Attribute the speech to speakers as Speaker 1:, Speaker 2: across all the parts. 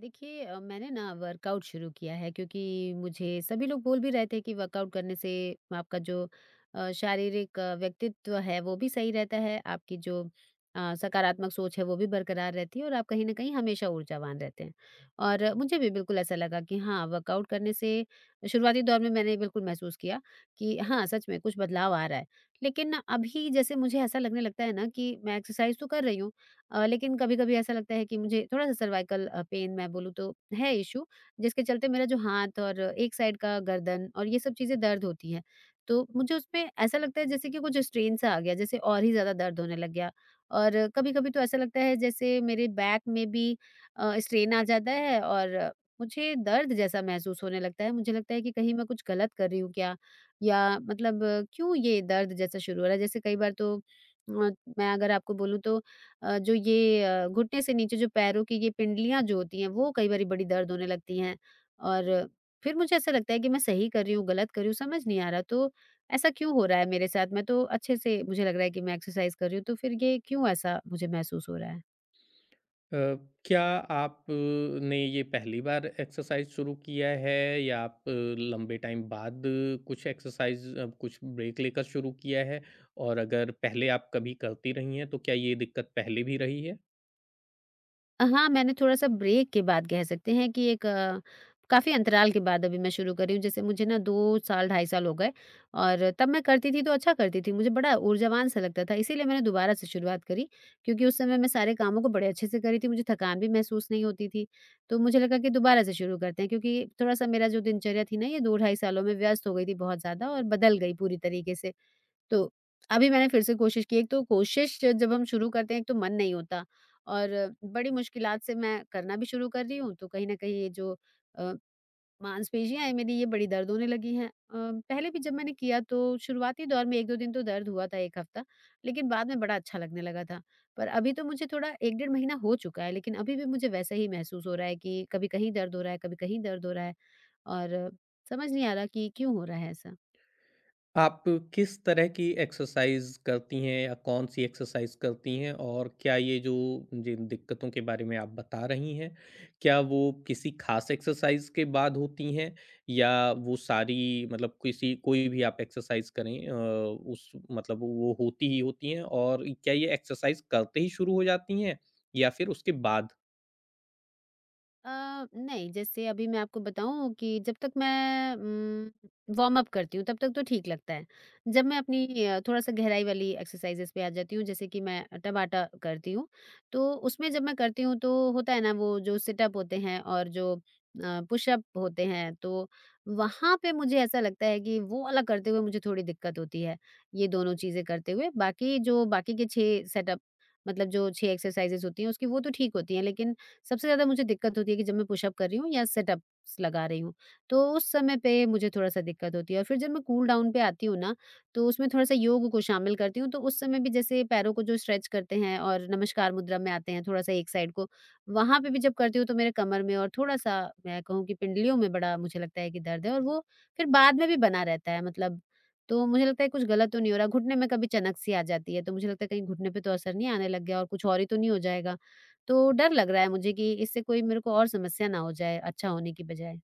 Speaker 1: देखिए मैंने ना वर्कआउट शुरू किया है, क्योंकि मुझे सभी लोग बोल भी रहे थे कि वर्कआउट करने से आपका जो शारीरिक व्यक्तित्व है वो भी सही रहता है। आपकी जो सकारात्मक सोच है वो भी बरकरार रहती है और आप कहीं ना कहीं हमेशा ऊर्जावान रहते हैं। और मुझे भी बिल्कुल ऐसा लगा कि हाँ, वर्कआउट करने से शुरुआती दौर में मैंने बिल्कुल महसूस किया कि हाँ, सच में कुछ बदलाव आ रहा है। लेकिन अभी जैसे मुझे ऐसा लगने लगता है ना कि मैं एक्सरसाइज तो कर रही हूँ, लेकिन कभी-कभी ऐसा लगता है कि मुझे थोड़ा-सा सर्वाइकल पेन मैं बोलूँ तो है इश्यू, जिसके चलते मेरा जो हाथ और एक साइड का गर्दन और ये सब चीज़ें दर्द होती हैं। तो मुझे उसमें ऐसा लगता है जैसे कि कुछ स्ट्रेन सा आ गया, जैसे और ही ज़्यादा दर्द होने लग गया। और कभी-कभी तो ऐसा लगता है जैसे मेरे बैक में भी स्ट्रेन आ जाता है और मुझे दर्द जैसा महसूस होने लगता है। मुझे लगता है कि कहीं मैं कुछ गलत कर रही हूँ क्या? या मतलब क्यों ये दर्द जैसा शुरू हो रहा है? जैसे कई बार तो मैं अगर आपको बोलूँ तो जो ये घुटने से नीचे जो पैरों की ये पिंडलियाँ जो होती हैं, वो कई बारी बड़ी दर्द होने लगती हैं। और फिर मुझे ऐसा लगता है कि मैं सही कर रही हूँ, गलत कर रही हूँ, समझ नहीं आ रहा। तो ऐसा क्यों हो रहा है मेरे साथ? मैं तो अच्छे से मुझे लग रहा है कि मैं एक्सरसाइज़ कर रही हूँ, तो फिर ये क्यों ऐसा मुझे महसूस हो रहा है?
Speaker 2: अ, क्या आप ने ये पहली बार एक्सरसाइज शुरू किया है या आप लंबे टाइम बाद कुछ एक्सरसाइज कुछ ब्रेक लेकर शुरू किया है और अगर पहले आप कभी करती रही हैं तो क्या ये दिक्कत पहले भी रही है।
Speaker 1: हाँ, मैंने थोड़ा-सा ब्रेक के बाद कह सकते हैं कि एक काफ़ी अंतराल के बाद अभी मैं शुरू कर रही हूँ। जैसे मुझे ना 2 साल, ढाई साल हो गए। और तब मैं करती थी तो अच्छा करती थी, मुझे बड़ा ऊर्जावान सा लगता था। इसीलिए मैंने दोबारा से शुरुआत करी, क्योंकि उस समय मैं सारे कामों को बड़े अच्छे से कर रही थी, मुझे थकान भी महसूस नहीं होती थी। तो मुझे लगा कि दोबारा से शुरू करते हैं, क्योंकि थोड़ा-सा मेरा जो दिनचर्या थी ना, ये 2 ढाई सालों में व्यस्त हो गई थी बहुत ज़्यादा और बदल गई पूरी तरीके से। तो अभी मैंने फिर से कोशिश की, एक तो कोशिश जब हम शुरू करते हैं, एक तो मन नहीं होता और बड़ी मुश्किलात से मैं करना भी शुरू कर रही हूँ, तो कहीं न कहीं ये जो अ, मांसपेशियाँ हैं मेरी, ये बड़ी दर्द होने लगी हैं। पहले भी जब मैंने किया तो शुरुआती दौर में 1-2 दिन तो दर्द हुआ था, 1 हफ्ता, लेकिन बाद में बड़ा अच्छा लगने लगा था। पर अभी तो मुझे थोड़ा 1 डेढ़ महीना हो चुका है, लेकिन अभी भी मुझे वैसा ही महसूस हो रहा है कि कभी कहीं दर्द हो रहा है, कभी कहीं दर्द हो रहा है और समझ नहीं आ रहा कि क्यों हो रहा है ऐसा?
Speaker 2: आप किस तरह की एक्सरसाइज़ करती हैं या कौन-सी एक्सरसाइज़ करती हैं? और क्या ये जो जिन दिक्कतों के बारे में आप बता रही हैं, क्या वो किसी ख़ास एक्सरसाइज़ के बाद होती हैं? या वो सारी मतलब किसी कोई भी आप एक्सरसाइज़ करें, उस मतलब वो होती ही होती हैं? और क्या ये एक्सरसाइज़ करते ही शुरू हो जाती हैं या फिर उसके बाद?
Speaker 1: नहीं, जैसे अभी मैं आपको बताऊँ कि जब तक मैं वार्म अप करती हूँ, तब तक तो ठीक लगता है। जब मैं अपनी थोड़ा-सा गहराई वाली एक्सरसाइज़ेज़ पे आ जाती हूँ, जैसे कि मैं टबाटा करती हूँ, तो उसमें जब मैं करती हूँ, तो होता है ना, वो जो सिट-अप होते हैं और जो पुश-अप होते हैं, तो वहाँ पे मुझे ऐसा लगता है कि वो वाला करते हुए मुझे थोड़ी दिक्कत होती है, ये दोनों चीज़ें करते हुए। बाकी जो बाकी के 6 सेटअप मतलब जो 6 एक्सरसाइज़ेज़ होती हैं उसकी, वो तो ठीक होती हैं, लेकिन सबसे ज़्यादा मुझे दिक्कत होती है कि जब मैं पुशअप कर रही हूँ या सिटअप्स लगा रही हूँ, तो उस समय पे मुझे थोड़ा-सा दिक्कत होती है। और फिर जब मैं कूल डाउन पे आती हूँ ना, तो उसमें थोड़ा-सा योग को शामिल करती हूँ, तो उस समय भी जैसे पैरों को जो स्ट्रेच करते हैं और नमस्कार मुद्रा में आते हैं थोड़ा-सा एक साइड को, वहाँ पे भी जब करती हूँ तो मेरे कमर में और थोड़ा-सा मैं कहूँ कि पिंडलियों में बड़ा मुझे लगता है कि दर्द है और वो फिर बाद में भी बना रहता है मतलब, तो मुझे लगता है कुछ गलत तो नहीं हो रहा। घुटने में कभी चनक-सी आ जाती है, तो मुझे लगता है कहीं घुटने पे तो असर नहीं आने लग गया और कुछ और ही तो नहीं हो जाएगा। तो डर लग रहा है मुझे कि इससे कोई मेरे को और समस्या ना हो जाए अच्छा होने की बजाय।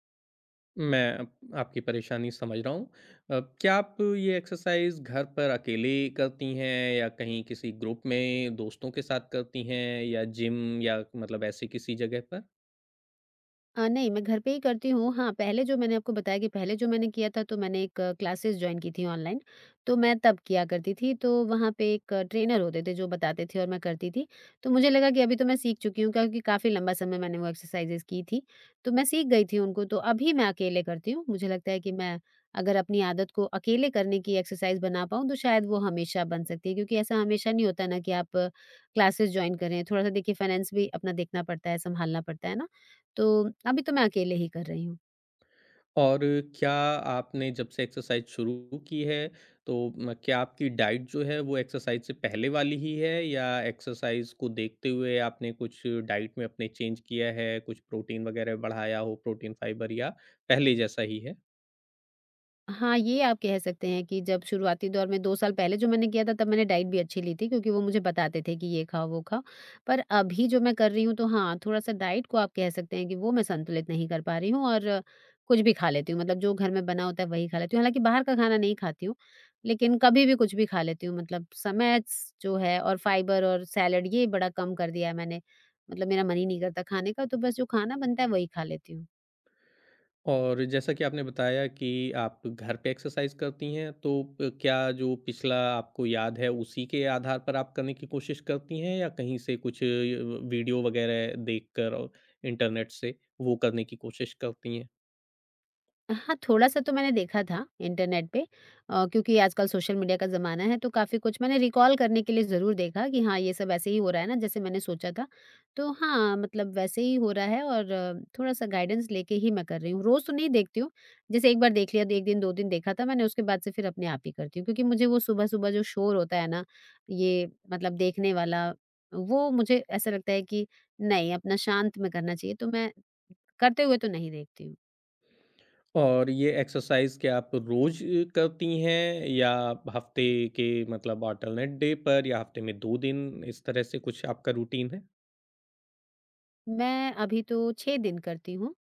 Speaker 2: मैं अप आपकी परेशानी समझ रहा हूँ। क्या आप ये एक्सरसाइज़ घर पर अकेले करती हैं या कहीं किसी ग्रुप में दोस्तों के साथ करती हैं या जिम या मतलब ऐसे किसी जगह पर?
Speaker 1: नहीं, मैं घर पे ही करती हूँ। हाँ, पहले जो मैंने आपको बताया कि पहले जो मैंने किया था तो मैंने एक क्लासेस जॉइन की थी ऑनलाइन, तो मैं तब किया करती थी। तो वहाँ पे एक ट्रेनर होते थे जो बताते थे और मैं करती थी। तो मुझे लगा कि अभी तो मैं सीख चुकी हूँ, क्योंकि काफ़ी लंबा समय मैंने वो एक्सरसाइज़ेज़ की थी, तो मैं सीख गई थी उनको। तो अभी मैं अकेले करती हूँ। मुझे लगता है कि मैं अगर अपनी आदत को अकेले करने की एक्सरसाइज़ बना पाऊँ तो शायद वो हमेशा बन सकती है, क्योंकि ऐसा हमेशा नहीं होता ना कि आप क्लासेस जॉइन करें। थोड़ा-सा देखिए, फाइनेंस भी अपना देखना पड़ता है, सँभालना पड़ता है ना? तो अभी तो मैं अकेले ही कर रही हूँ।
Speaker 2: और क्या आपने जब से एक्सरसाइज़ शुरू की है तो म क्या आपकी डाइट जो है वो एक्सरसाइज़ से पहले वाली ही है या एक्सरसाइज़ को देखते हुए आपने कुछ डाइट में अपने चेंज किया है, कुछ प्रोटीन वगैरह बढ़ाया हो, प्रोटीन, फाइबर या पहले जैसा ही है?
Speaker 1: हाँ, ये आप कह सकते हैं कि जब शुरुआती दौर में 2 साल पहले जो मैंने किया था, तब मैंने डाइट भी अच्छी ली थी, क्योंकि वो मुझे बताते थे कि ये खाओ, वो खाओ। पर अभी जो मैं कर रही हूँ तो हाँ, थोड़ा-सा डाइट को आप कह सकते हैं कि वो मैं संतुलित नहीं कर पा रही हूँ और कुछ भी खा लेती हूँ, मतलब जो घर में बना होता है वही खा लेती हूँ। हालाँकि बाहर का खाना नहीं खाती हूँ, लेकिन कभी भी कुछ भी खा लेती हूँ, मतलब समय स जो है और फाइबर और सैलेड ये बड़ा कम कर दिया है मैंने। मतलब मेरा मन ही नहीं करता खाने का, तो बस जो खाना बनता है वही खा लेती हूँ।
Speaker 2: और जैसा कि आपने बताया कि आप घर पे एक्सरसाइज करती हैं, तो प क्या जो पिछला आपको याद है, उसी के आधार पर आप करने की कोशिश करती हैं या कहीं से कुछ वीडियो वगैरह देखकर और इंटरनेट से वो करने की कोशिश करती हैं?
Speaker 1: हाँ, थोड़ा-सा तो मैंने देखा था इंटरनेट पे, क्योंकि आजकल सोशल मीडिया का ज़माना है, तो काफ़ी कुछ मैंने रिकॉल करने के लिए ज़रूर देखा कि हाँ, ये सब ऐसे ही हो रहा है ना जैसे मैंने सोचा था। तो हाँ, मतलब वैसे ही हो रहा है और थोड़ा-सा गाइडेंस लेके ही मैं कर रही हूँ। रोज़ तो नहीं देखती हूँ, जैसे एक बार देख लिया, 1 दिन 2 दिन देखा था मैंने, उसके बाद से फिर अपने आप ही करती हूँ, क्योंकि मुझे वो सुबह-सुबह जो शोर होता है ना, ये मतलब देखने वाला, वो मुझे ऐसा लगता है कि नहीं, अपना शांत में करना चाहिए, तो मैं करते हुए तो नहीं देखती हूँ।
Speaker 2: और ये एक्सरसाइज क्या आप रोज़ करती हैं या हफ़्ते के मतलब ऑल्टरनेट डे पर या हफ़्ते में 2 दिन, इस तरह से कुछ आपका रूटीन है?
Speaker 1: मैं अभी तो 6 दिन करती हूँ।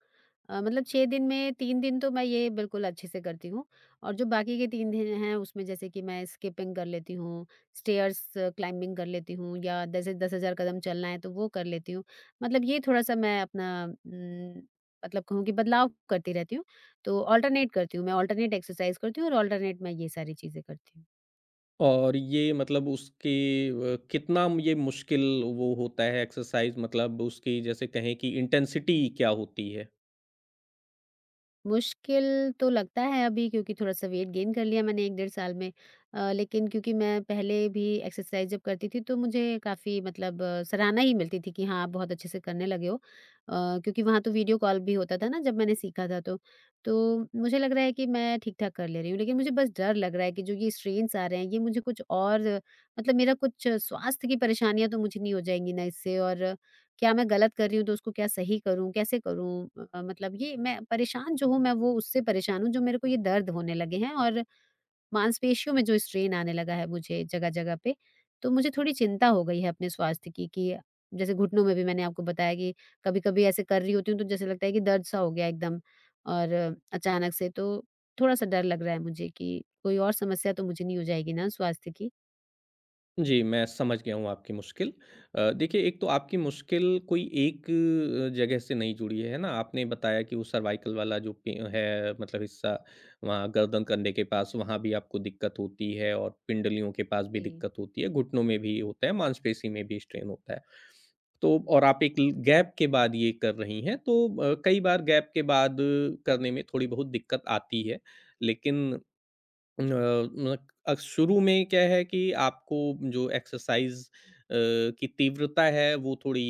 Speaker 1: मतलब 6 दिन में 3 दिन तो मैं ये बिल्कुल अच्छे से करती हूँ और जो बाकी के 3 दिन हैं उसमें जैसे कि मैं स्किपिंग कर लेती हूँ, स्टेयर्स क्लाइंबिंग कर लेती हूँ, या जैसे 10,000 कदम चलना है तो वो कर लेती हूँ। मतलब ये थोड़ा-सा मैं अपना मतलब कहूँ कि बदलाव करती रहती हूँ। तो ऑल्टरनेट करती हूँ, मैं ऑल्टरनेट एक्सरसाइज़ करती हूँ और ऑल्टरनेट मैं ये सारी चीज़ें करती हूँ।
Speaker 2: और ये मतलब उसके कितना ये मुश्किल वो होता है एक्सरसाइज मतलब उसकी जैसे कहें कि इंटेंसिटी क्या होती है?
Speaker 1: मुश्किल तो लगता है अभी, क्योंकि थोड़ा-सा वेट गेन कर लिया मैंने 1 डेढ़ साल में। लेकिन क्योंकि मैं पहले भी एक्सरसाइज़ जब करती थी तो मुझे काफ़ी मतलब सराहना ही मिलती थी कि हाँ, आप बहुत अच्छे से करने लगे हो। क्योंकि वहाँ तो वीडियो कॉल भी होता था ना जब मैंने सीखा था तो। तो मुझे लग रहा है कि मैं ठीक-ठाक कर ले रही हूँ, लेकिन मुझे बस डर लग रहा है कि जो ये स्ट्रेन्स आ रहे हैं ये मुझे कुछ और, मतलब मेरा कुछ स्वास्थ्य की परेशानियाँ तो मुझे नहीं हो जाएँगी ना इससे। और क्या मैं गलत कर रही हूँ, तो उसको क्या सही करूँ, कैसे करूँ? मतलब ये मैं परेशान जो हूँ, मैं वो उससे परेशान हूँ जो मेरे को ये दर्द होने लगे हैं और मांसपेशियों में जो स्ट्रेन आने लगा है मुझे जगह-जगह पे, तो मुझे थोड़ी चिंता हो गई है अपने स्वास्थ्य की कि जैसे घुटनों में भी मैंने आपको बताया कि कभी-कभी ऐसे कर रही होती हूँ तो जैसे लगता है कि दर्द सा हो गया एकदम और अचानक से, तो थोड़ा-सा डर लग रहा है मुझे कि कोई और समस्या तो मुझे नहीं हो जाएगी ना स्वास्थ्य की?
Speaker 2: जी, मैं समझ गया हूँ आपकी मुश्किल। देखिए, एक तो आपकी मुश्किल कोई एक जगह से नहीं जुड़ी है ना? आपने बताया कि वो सर्वाइकल वाला जो पे है मतलब हिस्सा वहाँ गर्दन कंधे के पास, वहाँ भी आपको दिक्कत होती है और पिंडलियों के पास भी
Speaker 1: जी,
Speaker 2: दिक्कत होती है, घुटनों में भी होता है, मांसपेशी में भी स्ट्रेन होता है। तो और आप एक ल गैप के बाद ये कर रही हैं, तो कई बार गैप के बाद करने में थोड़ी बहुत दिक्कत आती है। लेकिन अ, म शुरू में क्या है कि आपको जो एक्सरसाइज़ की तीव्रता है वो थोड़ी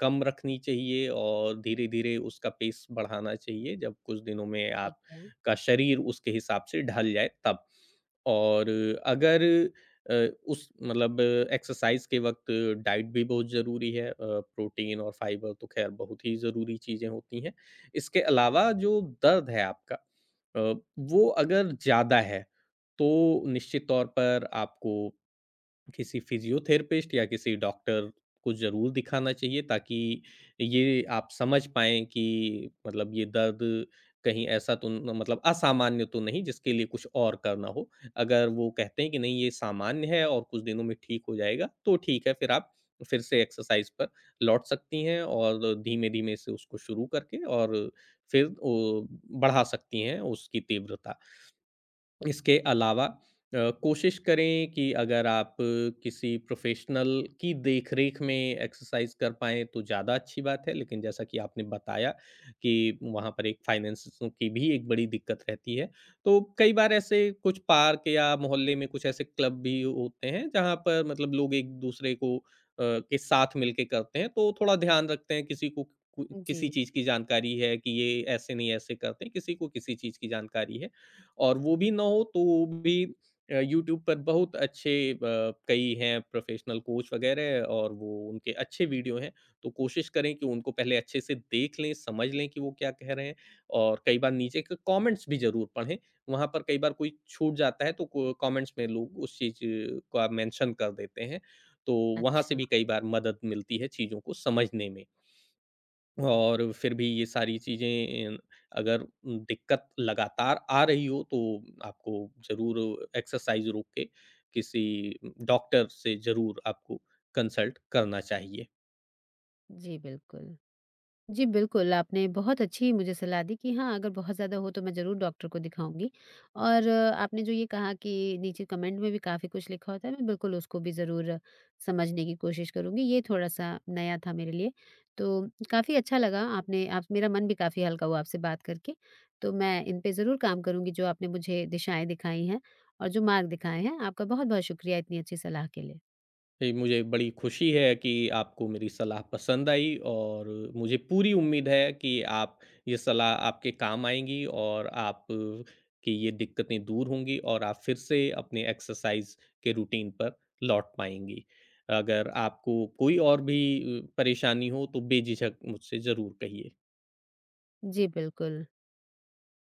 Speaker 2: कम रखनी चाहिए और धीरे-धीरे उसका पेस बढ़ाना चाहिए। जब कुछ दिनों में
Speaker 1: ठीक है।
Speaker 2: आपका शरीर उसके हिसाब से ढल जाए, तब। और अगर अ, उस मतलब एक्सरसाइज के वक़्त डाइट भी बहुत ज़रूरी है। प्रोटीन और फाइबर तो ख़ैर बहुत ही ज़रूरी चीज़ें होती हैं। इसके अलावा जो दर्द है आपका, अ, वो अगर ज़्यादा है, तो निश्चित तौर पर आपको किसी फिजियोथेरेपिस्ट या किसी डॉक्टर को ज़रूर दिखाना चाहिए, ताकि ये आप समझ पाएँ कि मतलब ये दर्द कहीं ऐसा तो न मतलब असामान्य तो नहीं जिसके लिए कुछ और करना हो। अगर वो कहते हैं कि नहीं ये सामान्य है और कुछ दिनों में ठीक हो जाएगा, तो ठीक है, फिर आप फिर से एक्सरसाइज़ पर लौट सकती हैं और धीमे-धीमे से उसको शुरू करके और फिर ओ बढ़ा सकती हैं उसकी तीव्रता। इसके अलावा कोशिश करें कि अगर आप किसी प्रोफेशनल की देखरेख में एक्सरसाइज कर पाएँ तो ज़्यादा अच्छी बात है, लेकिन जैसा कि आपने बताया कि वहाँ पर एक फाइनेंसेस की भी एक बड़ी दिक्कत रहती है। तो कई बार ऐसे कुछ पार्क या मोहल्ले में कुछ ऐसे क्लब भी होते हैं जहाँ पर मतलब लोग एक-दूसरे को के साथ मिलके करते हैं, तो थोड़ा ध्यान रखते हैं, किसी को कु किसी
Speaker 1: जी।
Speaker 2: चीज़ की जानकारी है कि ये ऐसे नहीं ऐसे करते हैं, किसी को किसी चीज़ की जानकारी है। और वो भी ना हो तो भी यूट्यूब पर बहुत अच्छे कई हैं प्रोफेशनल कोच वगैरह और वो उनके अच्छे वीडियो हैं, तो कोशिश करें कि उनको पहले अच्छे से देख लें, समझ लें कि वो क्या कह रहे हैं और कई बार नीचे के कमेंट्स भी ज़रूर पढ़ें। वहाँ पर कई बार कोई छूट जाता है तो कमेंट्स में लोग उस चीज़ का मेंशन कर देते हैं, तो वहाँ से
Speaker 1: अच्छा।
Speaker 2: भी कई बार मदद मिलती है चीज़ों को समझने में। और फिर भी ये सारी चीज़ें अगर दिक्कत लगातार आ रही हो तो आपको ज़रूर एक्सरसाइज रोक के किसी डॉक्टर से ज़रूर आपको कंसल्ट करना चाहिए।
Speaker 1: जी, बिल्कुल। जी, बिल्कुल, आपने बहुत अच्छी मुझे सलाह दी कि हाँ, अगर बहुत ज़्यादा हो तो मैं ज़रूर डॉक्टर को दिखाऊँगी। और आपने जो ये कहा कि नीचे कमेंट में भी काफ़ी कुछ लिखा होता है, मैं बिल्कुल उसको भी ज़रूर समझने की कोशिश करूँगी। ये थोड़ा-सा नया था मेरे लिए, तो काफ़ी अच्छा लगा, आपने आप मेरा मन भी काफ़ी हल्का हुआ आपसे बात करके। तो मैं इन पे ज़रूर काम करूँगी, जो आपने मुझे दिशाएँ दिखाई हैं और जो मार्ग दिखाए हैं। आपका बहुत-बहुत शुक्रिया इतनी अच्छी सलाह के लिए।
Speaker 2: जी, मुझे बड़ी खुशी है कि आपको मेरी सलाह पसंद आई और मुझे पूरी उम्मीद है कि आप ये सलाह आपके काम आएँगी और आप की ये दिक्कतें दूर होंगी और आप फिर से अपने एक्सरसाइज़ के रूटीन पर लौट पाएँगी। अगर आपको कोई और भी परेशानी हो तो बेझिझक मुझसे ज़रूर कहिए।
Speaker 1: जी, बिल्कुल।